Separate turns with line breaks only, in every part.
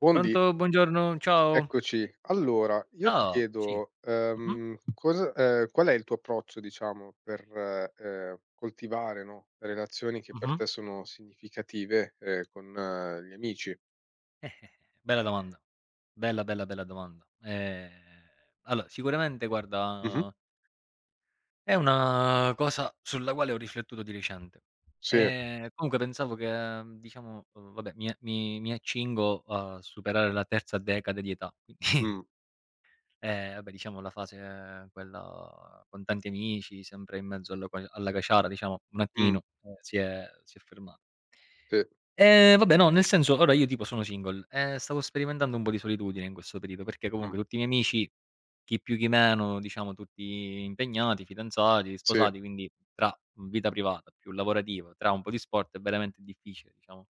Buondì,
Pronto? Buongiorno, ciao.
eccoci. Allora, io ti
Ciao, sì.
chiedo,
Mh-mh,
cosa qual è il tuo approccio, diciamo, per, coltivare, no, le relazioni che per
mh-mh.
te sono significative, con gli amici?
Eh, eh, eh, Bella domanda. Bella, bella, bella domanda. Allora sicuramente
Mh-mh.
guarda, è una cosa sulla quale ho riflettuto di recente.
Sì,
Comunque pensavo che diciamo, vabbè mi accingo a superare la terza decade di età, quindi,
mh,
vabbè diciamo la fase quella con tanti amici, sempre in mezzo alla caciara diciamo, un
mh,
attimino, si è fermata.
sì,
Vabbè no, nel senso ora io tipo sono single e stavo sperimentando un po' di solitudine in questo periodo, perché
mh,
comunque tutti i miei amici, chi più chi meno, diciamo tutti impegnati, fidanzati,
sì,
sposati, quindi tra vita privata più lavorativa, tra un po' di sport è veramente difficile, diciamo,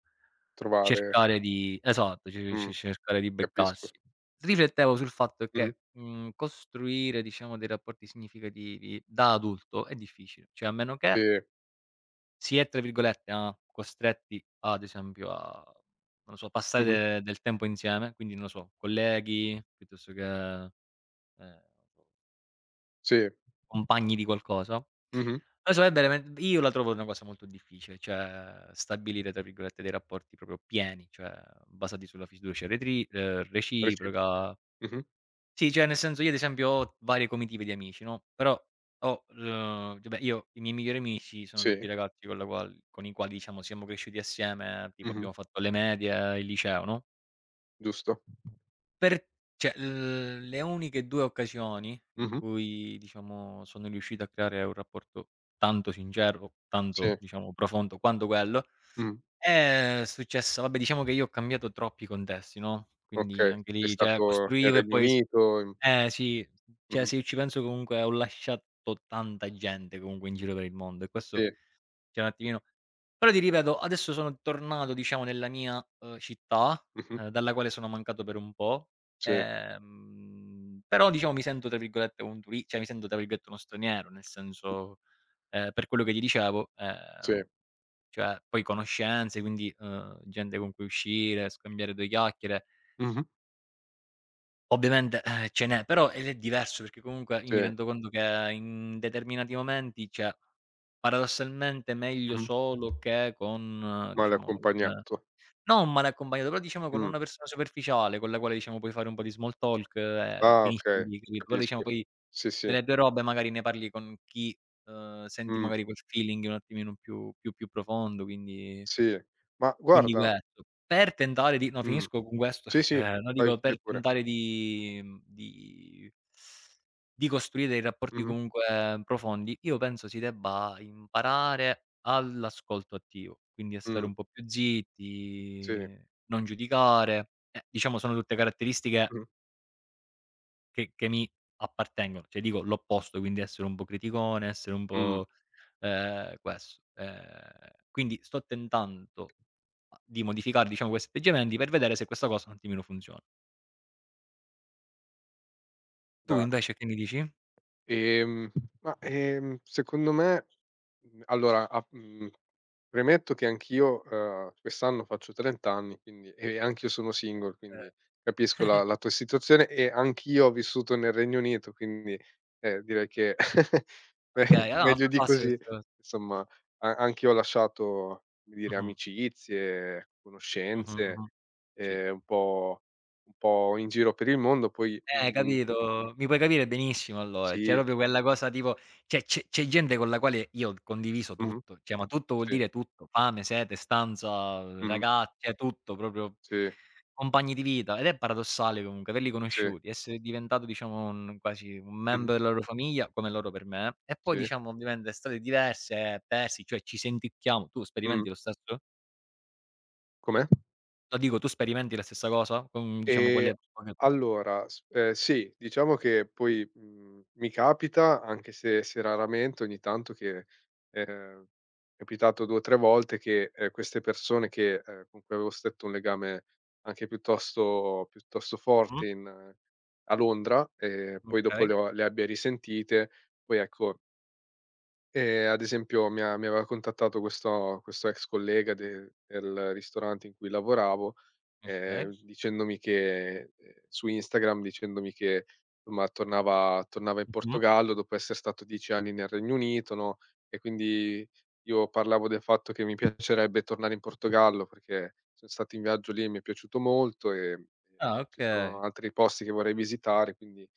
trovare,
cercare di esatto, ce
mh,
ce cercare di
capisco.
beccarsi. Riflettevo sul fatto
Mh-mh,
che, costruire diciamo dei rapporti significativi da adulto è difficile, cioè a meno
sì,
che si è, tra virgolette, a "costretti" ad esempio a, non lo so, passare
mh-mh,
de del tempo insieme, quindi non lo so, colleghi piuttosto che, ehm,
sì,
compagni di qualcosa.
mh-mh,
La so è verament Io la trovo una cosa molto difficile, cioè stabilire, tra virgolette, dei rapporti proprio pieni, cioè basati sulla fiducia retri
recipro
reciproca.
mh-mh,
Sì, cioè nel senso io ad esempio ho varie comitive di amici, no, però ho vabbè io i miei migliori amici sono
sì,
tutti ragazzi con i quali diciamo siamo cresciuti assieme, tipo
mh-mh,
abbiamo fatto le medie, il liceo, no,
giusto,
per cioè l le uniche 2 occasioni in
mh-mh,
cui diciamo sono riuscito a creare un rapporto tanto sincero,
sì,
tanto diciamo profondo quanto quello,
mh,
è successo vabbè diciamo che io ho cambiato troppi contesti, no, quindi
okay.
anche
Sei
lì cioè
stato nel
costruivo e
Regno
poi
Unito, in
eh sì, cioè
mh-mh.
se io ci penso comunque ho lasciato tanta gente comunque in giro per il mondo e questo
Sì,
cioè un attimino, però ti ripeto adesso sono tornato diciamo nella mia, città,
mh-mh,
dalla quale sono mancato per un po',
sì,
però diciamo mi sento tra virgolette un turi cioè mi sento tra virgolette "uno straniero", nel senso, per quello che ti dicevo,
sì,
cioè poi conoscenze, quindi, gente con cui uscire, scambiare 2 chiacchiere.
mh-mh,
Ovviamente, ce n'è, però ed è diverso perché comunque io mi
sì,
rendo conto che in determinati momenti, cioè, paradossalmente meglio
mh-mh,
solo che con
male
diciamo un
accompagnato.
non un male accompagnato, però diciamo con
Mh.
una persona superficiale con la quale diciamo puoi fare un po' di small talk e
Ah,
finisce
okay,
lì, capito, però diciamo
capisco.
poi
Sì, sì,
delle tue robe magari ne parli con chi, senti
mh,
magari quel feeling un attimino più profondo, quindi
sì. Ma
quindi
guarda,
questo. Per tentare di no,
mh,
finisco con questo
sì, sì,
perché no,
fai
dico
fai
per
pure.
tentare di di costruire dei rapporti
Mh-mh,
comunque profondi, io penso si debba imparare all'ascolto attivo, quindi a stare
mh,
un po' più
sì,
zitti, non giudicare. Diciamo sono tutte caratteristiche
mh,
che mi appartengono, cioè dico l'opposto, quindi essere un po' criticone, essere un
mh,
po', questo. Quindi sto tentando di modificare, diciamo, questi atteggiamenti per vedere se questa cosa un attimino funziona. Tu
dai.
invece che mi dici?
Ehm, ma, secondo me, mhmm, allora a mhmm, premetto che anch'io, quest'anno faccio 30 anni, quindi e anch'io sono single, quindi
Eh,
capisco la tua situazione e anch'io ho vissuto nel Regno Unito, quindi, direi che
okay, ah,
meglio di
fantastico
così,
questa cosa.
insomma a anch'io ho lasciato, come dire,
Mh-mh,
amicizie,
mh-mh,
conoscenze,
mh-mh, sì.
ehm, un po' un po' in giro per il mondo, poi,
Capito? Mi puoi capire benissimo allora. C'è
sì,
proprio quella cosa tipo cioè c'è gente con la quale io ho condiviso
mh-mh,
tutto, cioè ma tutto vuol
sì,
dire tutto: fame, sete, stanza,
mh-mh.
ragazze, tutto proprio
Sì,
compagni di vita. Ed è paradossale comunque averli
sì.
conosciuti, essere diventato diciamo un quasi un
Mh-mh.
membro della loro famiglia, come loro per me, e poi
Sì.
diciamo ovviamente storie diverse, persi, cioè ci senticchiamo. Tu
Mh.
sperimenti lo stesso?
Com'è?
No, dico tu sperimenti la stessa cosa? Con diciamo
Ehm,
quelle
allora s sì, diciamo che poi, mi capita, anche se raramente, ogni tanto che, ehm, capitato 2 o 3 volte che, queste persone che, con cui avevo stretto un legame anche piuttosto forte
mh-mh,
in a Londra, poi dopo
okay,
le abbia risentite, poi ecco. Ad esempio mi aveva contattato questo ex collega de del ristorante in cui lavoravo,
okay.
dicendomi che su Instagram dicendomi che, somma, tornava in
Mh-mh.
Portogallo dopo esser stato 10 anni nel Regno Unito, no, e quindi io parlavo del fatto che mi piacerebbe tornare in Portogallo perché son stato in viaggio lì e mi è piaciuto molto, e
Ah,
ci sono
okay.
altri posti che vorrei visitare, quindi.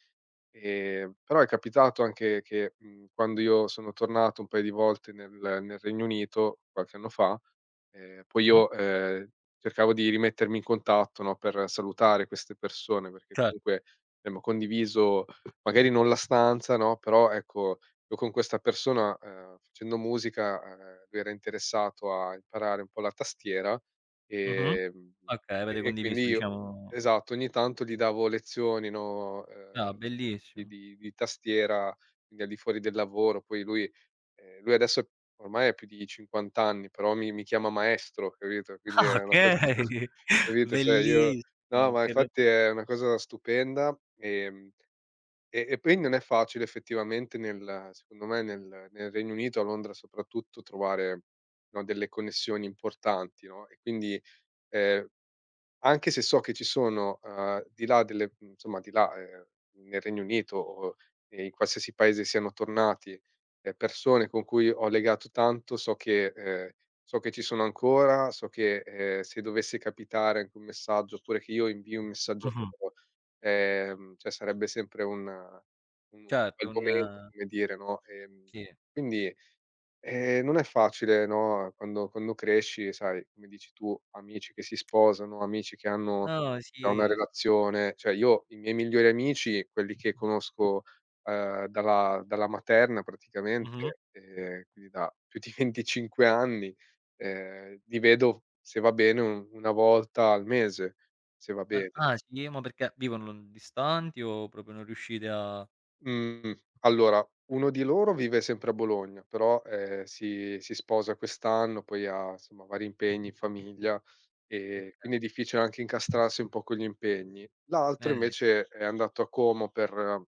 Però è capitato anche che, quando io sono tornato un paio di volte nel Regno Unito, qualche anno fa, poi
Mh-mh.
io, cercavo di rimettermi in contatto, no, per salutare queste persone, perché
Cer
comunque abbiamo condiviso magari non la stanza, no, però ecco, io con questa persona, facendo musica, lui era interessato a imparare un po' la tastiera,
mh-mh.
ehm,
Okay, avete
e
condiviso
quindi io
diciamo
esatto, ogni tanto gli davo lezioni, no,
ah,
di
bellissimo.
di di tastiera, quindi al di fuori del lavoro. Poi lui adesso ormai ha più di 50 anni, però mi chiama maestro, capito, quindi
Ah,
è una cosa,
okay.
capito, cioè io no,
Bellissimo,
ma
che ro
infatti è una cosa stupenda, e poi non è facile effettivamente, nel secondo me nel Regno Unito, a Londra soprattutto, trovare, no, delle connessioni importanti, no, e quindi, ehm anche se so che ci sono, di là delle mhmm, insomma di là, nel Regno Unito o e in qualsiasi paese siano tornati, persone con cui ho legato tanto, so che ci sono ancora, so che, se dovesse capitare anche un messaggio, oppure che io invii un messaggio a
mh-mh.
loro, cioè sarebbe sempre un bel
Certo, un
momento, come dire, no,
sì.
quindi. Non è facile, no, quando cresci, sai, come dici tu, amici che si sposano, amici che hanno
No,
già una
sì, s
relazione. Cioè io i miei migliori amici, quelli che conosco, dalla materna
mh-mh.
praticamente, quindi da più di 25 anni, li vedo, se va bene, u una volta al mese, se va
A,
bene.
ah, sì? Ma perché vivono lon distanti o proprio non riuscite a
Mhmm, allora, uno di loro vive sempre a Bologna, però, si sposa quest'anno, poi ha insomma vari impegni in famiglia,
okay,
quindi è difficile anche incastrarsi un po' con gli impegni. L'altro
eh,
invece è andato a Como per eh,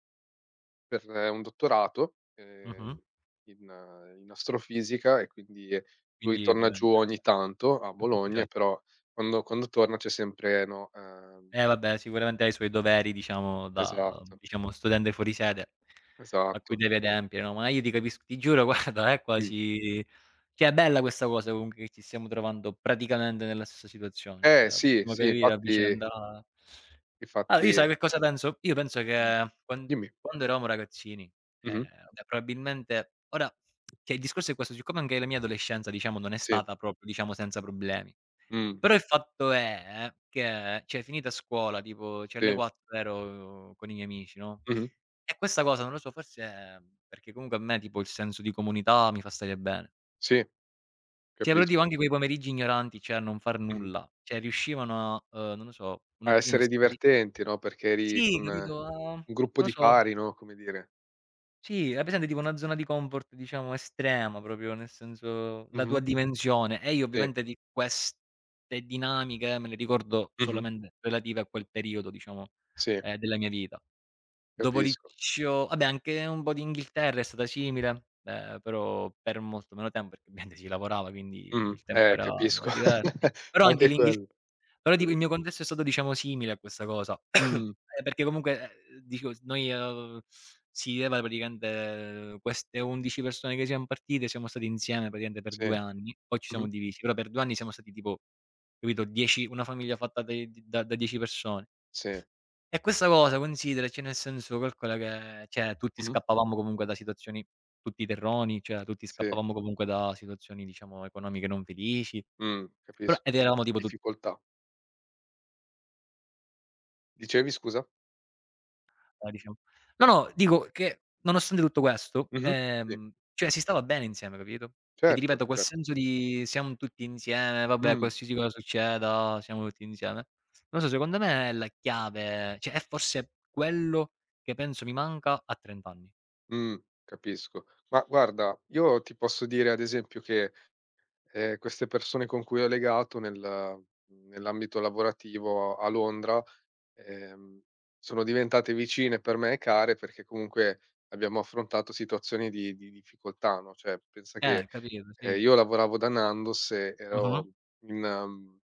per eh, un dottorato,
mh-mh.
in astrofisica, e quindi, lui
Quindi
torna giù
ovviamente
ogni tanto a
cer
Bologna, però quando torna c'è sempre, no,
vabbè sicuramente ha i suoi doveri diciamo da
esatto,
diciamo studente fuori sede, a cui
esatto.
devi adempiere, no, ma io ti capisco, ti giuro guarda è
Mh.
quasi, cioè è bella questa cosa comunque che ci stiamo trovando praticamente nella stessa situazione,
Eh
cioè
sì,
possiamo
sì,
capire a
infatti.
vicenda. Allora io
Infatti
sai che cosa penso? Io penso
mh.
che
Dimmi.
quando eravamo ragazzini,
Mh-mh.
vabbè probabilmente ora cioè il discorso è questo, siccome anche la mia adolescenza diciamo non è
Sì.
stata proprio diciamo senza problemi,
Mh.
però il fatto è che, cioè finita scuola, tipo cioè alle
Sì.
4 ero con i miei amici, no,
Mh-mh.
e questa cosa non lo so, forse perché comunque a me tipo il senso di comunità mi fa stare bene.
Sì,
Cioè però dico
capisco.
anche quei pomeriggi ignoranti, cioè a non far
Mh-mh.
nulla, cioè riuscivano a, non lo so, un
A
attimino a
essere
stare,
divertenti, no, perché eri con
sì capito, a non
un gruppo
lo
di
so.
pari, no, come dire.
Sì, hai presente tipo una zona di comfort diciamo estrema, proprio nel senso la tua
Mh-mh.
Dimensione. E io
Sì.
ovviamente di queste dinamiche me le ricordo
Mh-mh.
solamente relative a quel periodo diciamo,
Sì,
della mia vita.
capisco.
Dopodicio vabbè anche un po' di Inghilterra è stata simile, però per molto meno tempo perché ovviamente si lavorava, quindi
Mh.
il tempo era era
Capisco.
divers però anche
Anche
l'Inghil
quello.
però tipo
Sì.
il mio contesto è stato diciamo simile a questa cosa,
Mh.
perché comunque, dico s noi, si viveva praticamente queste 11 persone che siam partite, siamo stati insieme praticamente per
Sì.
2 anni, poi ci siamo
Mh-mh.
divisi, però per 2 anni siamo stati tipo, capito, 10, una famiglia fatta dai di da da 10 persone.
Sì.
E questa cosa consideraci, nel senso, calcola che cioè tutti
Mh-mh.
scappavamo comunque da situazioni tutti terroni, cioè tutti
Sì.
scappavamo comunque da situazioni, diciamo, economiche non felici,
Mh.
però ed
Capisco.
eravamo tipo tutti
Difficoltà. Dicevi scusa?
diciamo. No, no, dico che nonostante tutto questo,
Mh-mh. Sì.
cioè si stava bene insieme, capito? E ti
Certo,
ripeto quel
certo.
senso di siamo tutti insieme, vabbè
Mh.
qualsiasi cosa succeda siamo tutti insieme. Non so, secondo me è la chiave, cioè è forse quello che penso mi manca a 30 anni.
Mh, capisco. Ma guarda, io ti posso dire ad esempio che, queste persone con cui ho legato nell'ambito lavorativo a Londra, ehm, sono diventate vicine per me e care perché comunque abbiamo affrontato situazioni di difficoltà, no, cioè pensa che.
Capito,
Ehm,
sì.
io lavoravo da Nandos e
Mh-mh.
ero in mhmm,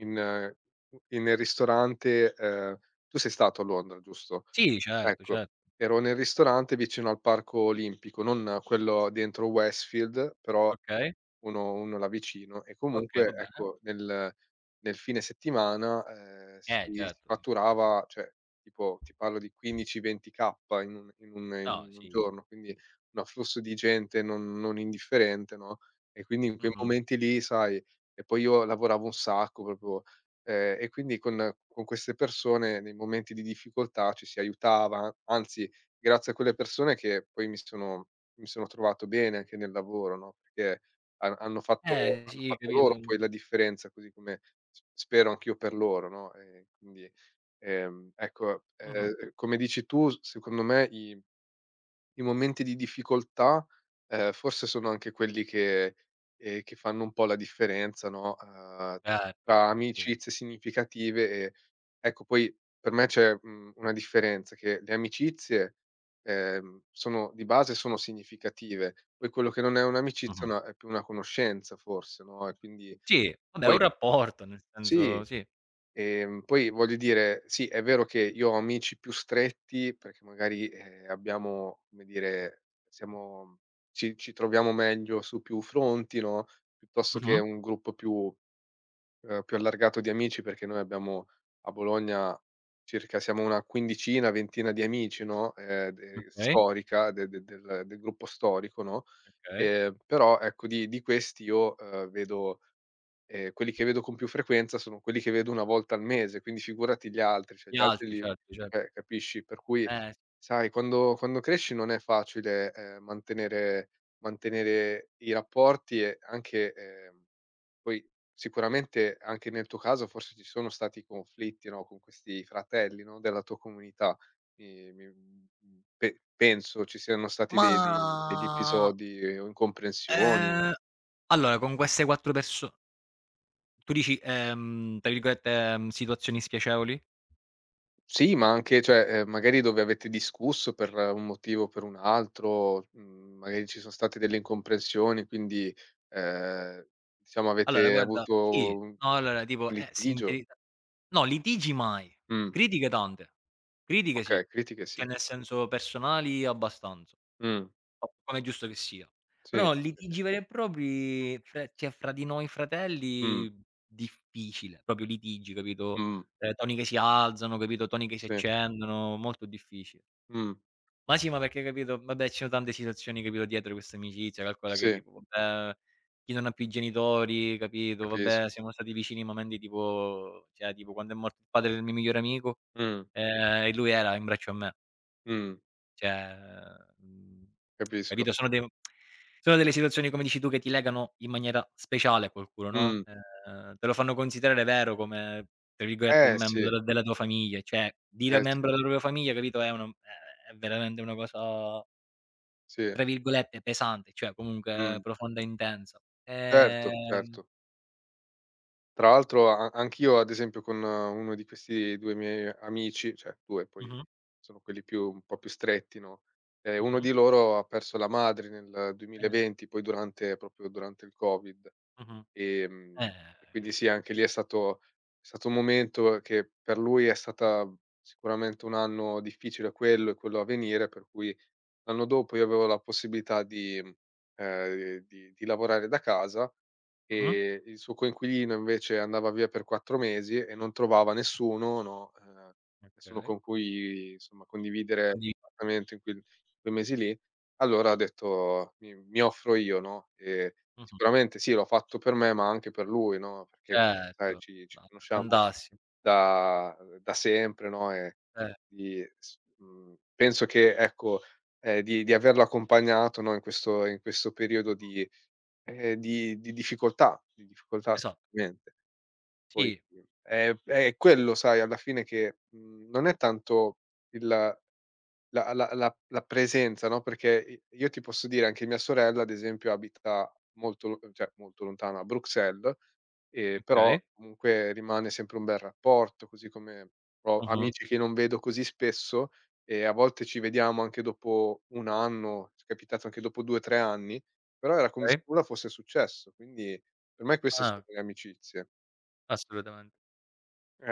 in u in nel ristorante, tu sei stato a Londra, giusto?
Sì, certo,
Ecco,
certo.
ero nel ristorante vicino al parco olimpico, non quello dentro Westfield, però
Okay,
uno là vicino e
okay,
comunque
va bene.
ecco nel fine settimana, si si
Certo.
fatturava, cioè tipo ti parlo di 15, 20K
No,
in un
sì.
giorno, quindi un afflusso di gente non indifferente, no? E quindi in quei
Mh-mh.
momenti lì, sai, e poi io lavoravo un sacco proprio, e quindi con queste persone nei momenti di difficoltà ci si aiutava, anzi grazie a quelle persone che poi mi sono trovato bene anche nel lavoro, no, perché hanno
Sì,
fatto
capito.
loro poi la differenza, così come s spero anch'io per loro, no, quindi, ecco,
Mh-mh.
come dici tu, s secondo me i momenti di difficoltà, forse sono anche quelli che, che fanno un po' la differenza, no,
Certo,
tra
sì.
amicizie significative e ecco poi per me c'è, una differenza, che le amicizie, sono di base sono significative, poi quello che non è un'amicizia
Mh-mh.
è più una conoscenza forse, no, e quindi
Sì, vabbè è un
poi
rapporto, nel
sì.
senso sì.
Poi voglio dire, sì, è vero che io ho amici più stretti perché magari, abbiamo come dire, siamo ci troviamo meglio su più fronti, no, piuttosto che
Mh-mh.
un gruppo più, più allargato di amici, perché noi abbiamo a Bologna circa siamo una quindicina, ventina di amici, no, de
Okay,
storica de de del del gruppo storico, no,
okay.
però ecco di questi io, vedo. Quelli che vedo con più frequenza sono quelli che vedo 1 volta al mese, quindi figurati gli altri, cioè
Gli
gli altri
altri,
li
certo, certo.
capisci? Per cui
S
sai quando cresci non è facile, mantenere i rapporti e anche, poi sicuramente anche nel tuo caso forse ci sono stati conflitti, no, con questi fratelli, no, della tua comunità. Mi mi mhmm, pe penso ci siano stati dei dei degli
ma,
episodi, o incomprensioni.
ehm, allora con queste 4 perso tu dici, tra virgolette, "situazioni spiacevoli"?
Sì, ma anche cioè, magari dove avete discusso per un motivo o per un altro, magari ci son state delle incomprensioni, quindi, ehm, diciamo
Allora
avete
guarda sì,
avuto un
no allora tipo,
litigio.
sincerità no, litigi mai,
Mh,
critiche tante, critiche sì,
okay, critiche
cioè
sì.
nel senso personali abbastanza,
Mh,
co come è giusto che sia. Però
sì,
no,
sì, sì.
litigi veri e propri fra cioè fra di noi
Mh,
fratelli difficile, proprio litigi, capito,
mh,
toni che si alzano, capito, toni che si
sì,
accendono, molto difficile.
mh,
Ma sì, ma perché capito vabbè ci sono tante situazioni, capito, dietro questa amicizia, calcola che
sì,
tipo vabbè, chi non ha più i genitori, capito, vabbè
capisco.
siamo stati vicini in momenti tipo cioè tipo quando è morto il padre del mio migliore amico,
Mh,
e lui era in braccio a me.
mh,
Cioè, mhmm,
capisco.
capito, sono dei sono delle situazioni come dici tu che ti legano in maniera speciale a qualcuno, no,
Mh,
te lo fanno considerare vero come, tra virgolette, "un
eh
membro
sì,
della tua famiglia", cioè dire
eh sì,
membro della propria famiglia, capito, è una è veramente una cosa
sì,
tra virgolette "pesante", cioè comunque
mh,
profonda e intensa.
certo,
Ehm.
certo. Tra l'altro a anch'io ad esempio con, uno di questi 2 miei amici, cioè 2 poi
Mh-mh,
sono quelli più un po' più stretti, no, uno
mh-mh.
di loro ha perso la madre nel
Eh,
2020, poi durante proprio durante il Covid,
mh-mh.
ehm, e quindi
Eh,
sì, anche lì è stato un momento che per lui è stata sicuramente un anno difficile, quello e quello a venire, per cui. L'anno dopo io avevo la possibilità di mhmm, di lavorare da casa,
mh-mh,
e il suo coinquilino invece andava via per 4 mesi e non trovava nessuno, no, nessuno
okay.
con cui insomma condividere
Quindi
l'appartamento in quel quei mesi lì. Allora ha detto: "Mi offro io", no, e
mh-mh.
sicuramente sì, l'ho fatto per me, ma anche per lui, no, perché sai
Certo,
ci
vabbè
conosciamo
fantastico,
da sempre, no, e
eh,
penso che ecco, di averlo accompagnato, no, in questo periodo di difficoltà, di difficoltà
esatto.
assolutamente. Poi,
Sì,
è quello sai alla fine che, non è tanto il la la la la presenza, no, perché i io ti posso dire anche mia sorella, ad esempio, abita molto lo cioè molto lontana, a Bruxelles, però
okay,
comunque rimane sempre un bel rapporto, così come ho
mh-mh,
amici che non vedo così spesso e a volte ci vediamo anche dopo 1 anno, ci è capitato anche dopo 2, 3 anni, però era come se
okay.
nulla fosse successo, quindi per me queste sono
Ah,
le amicizie.
assolutamente.
Eh.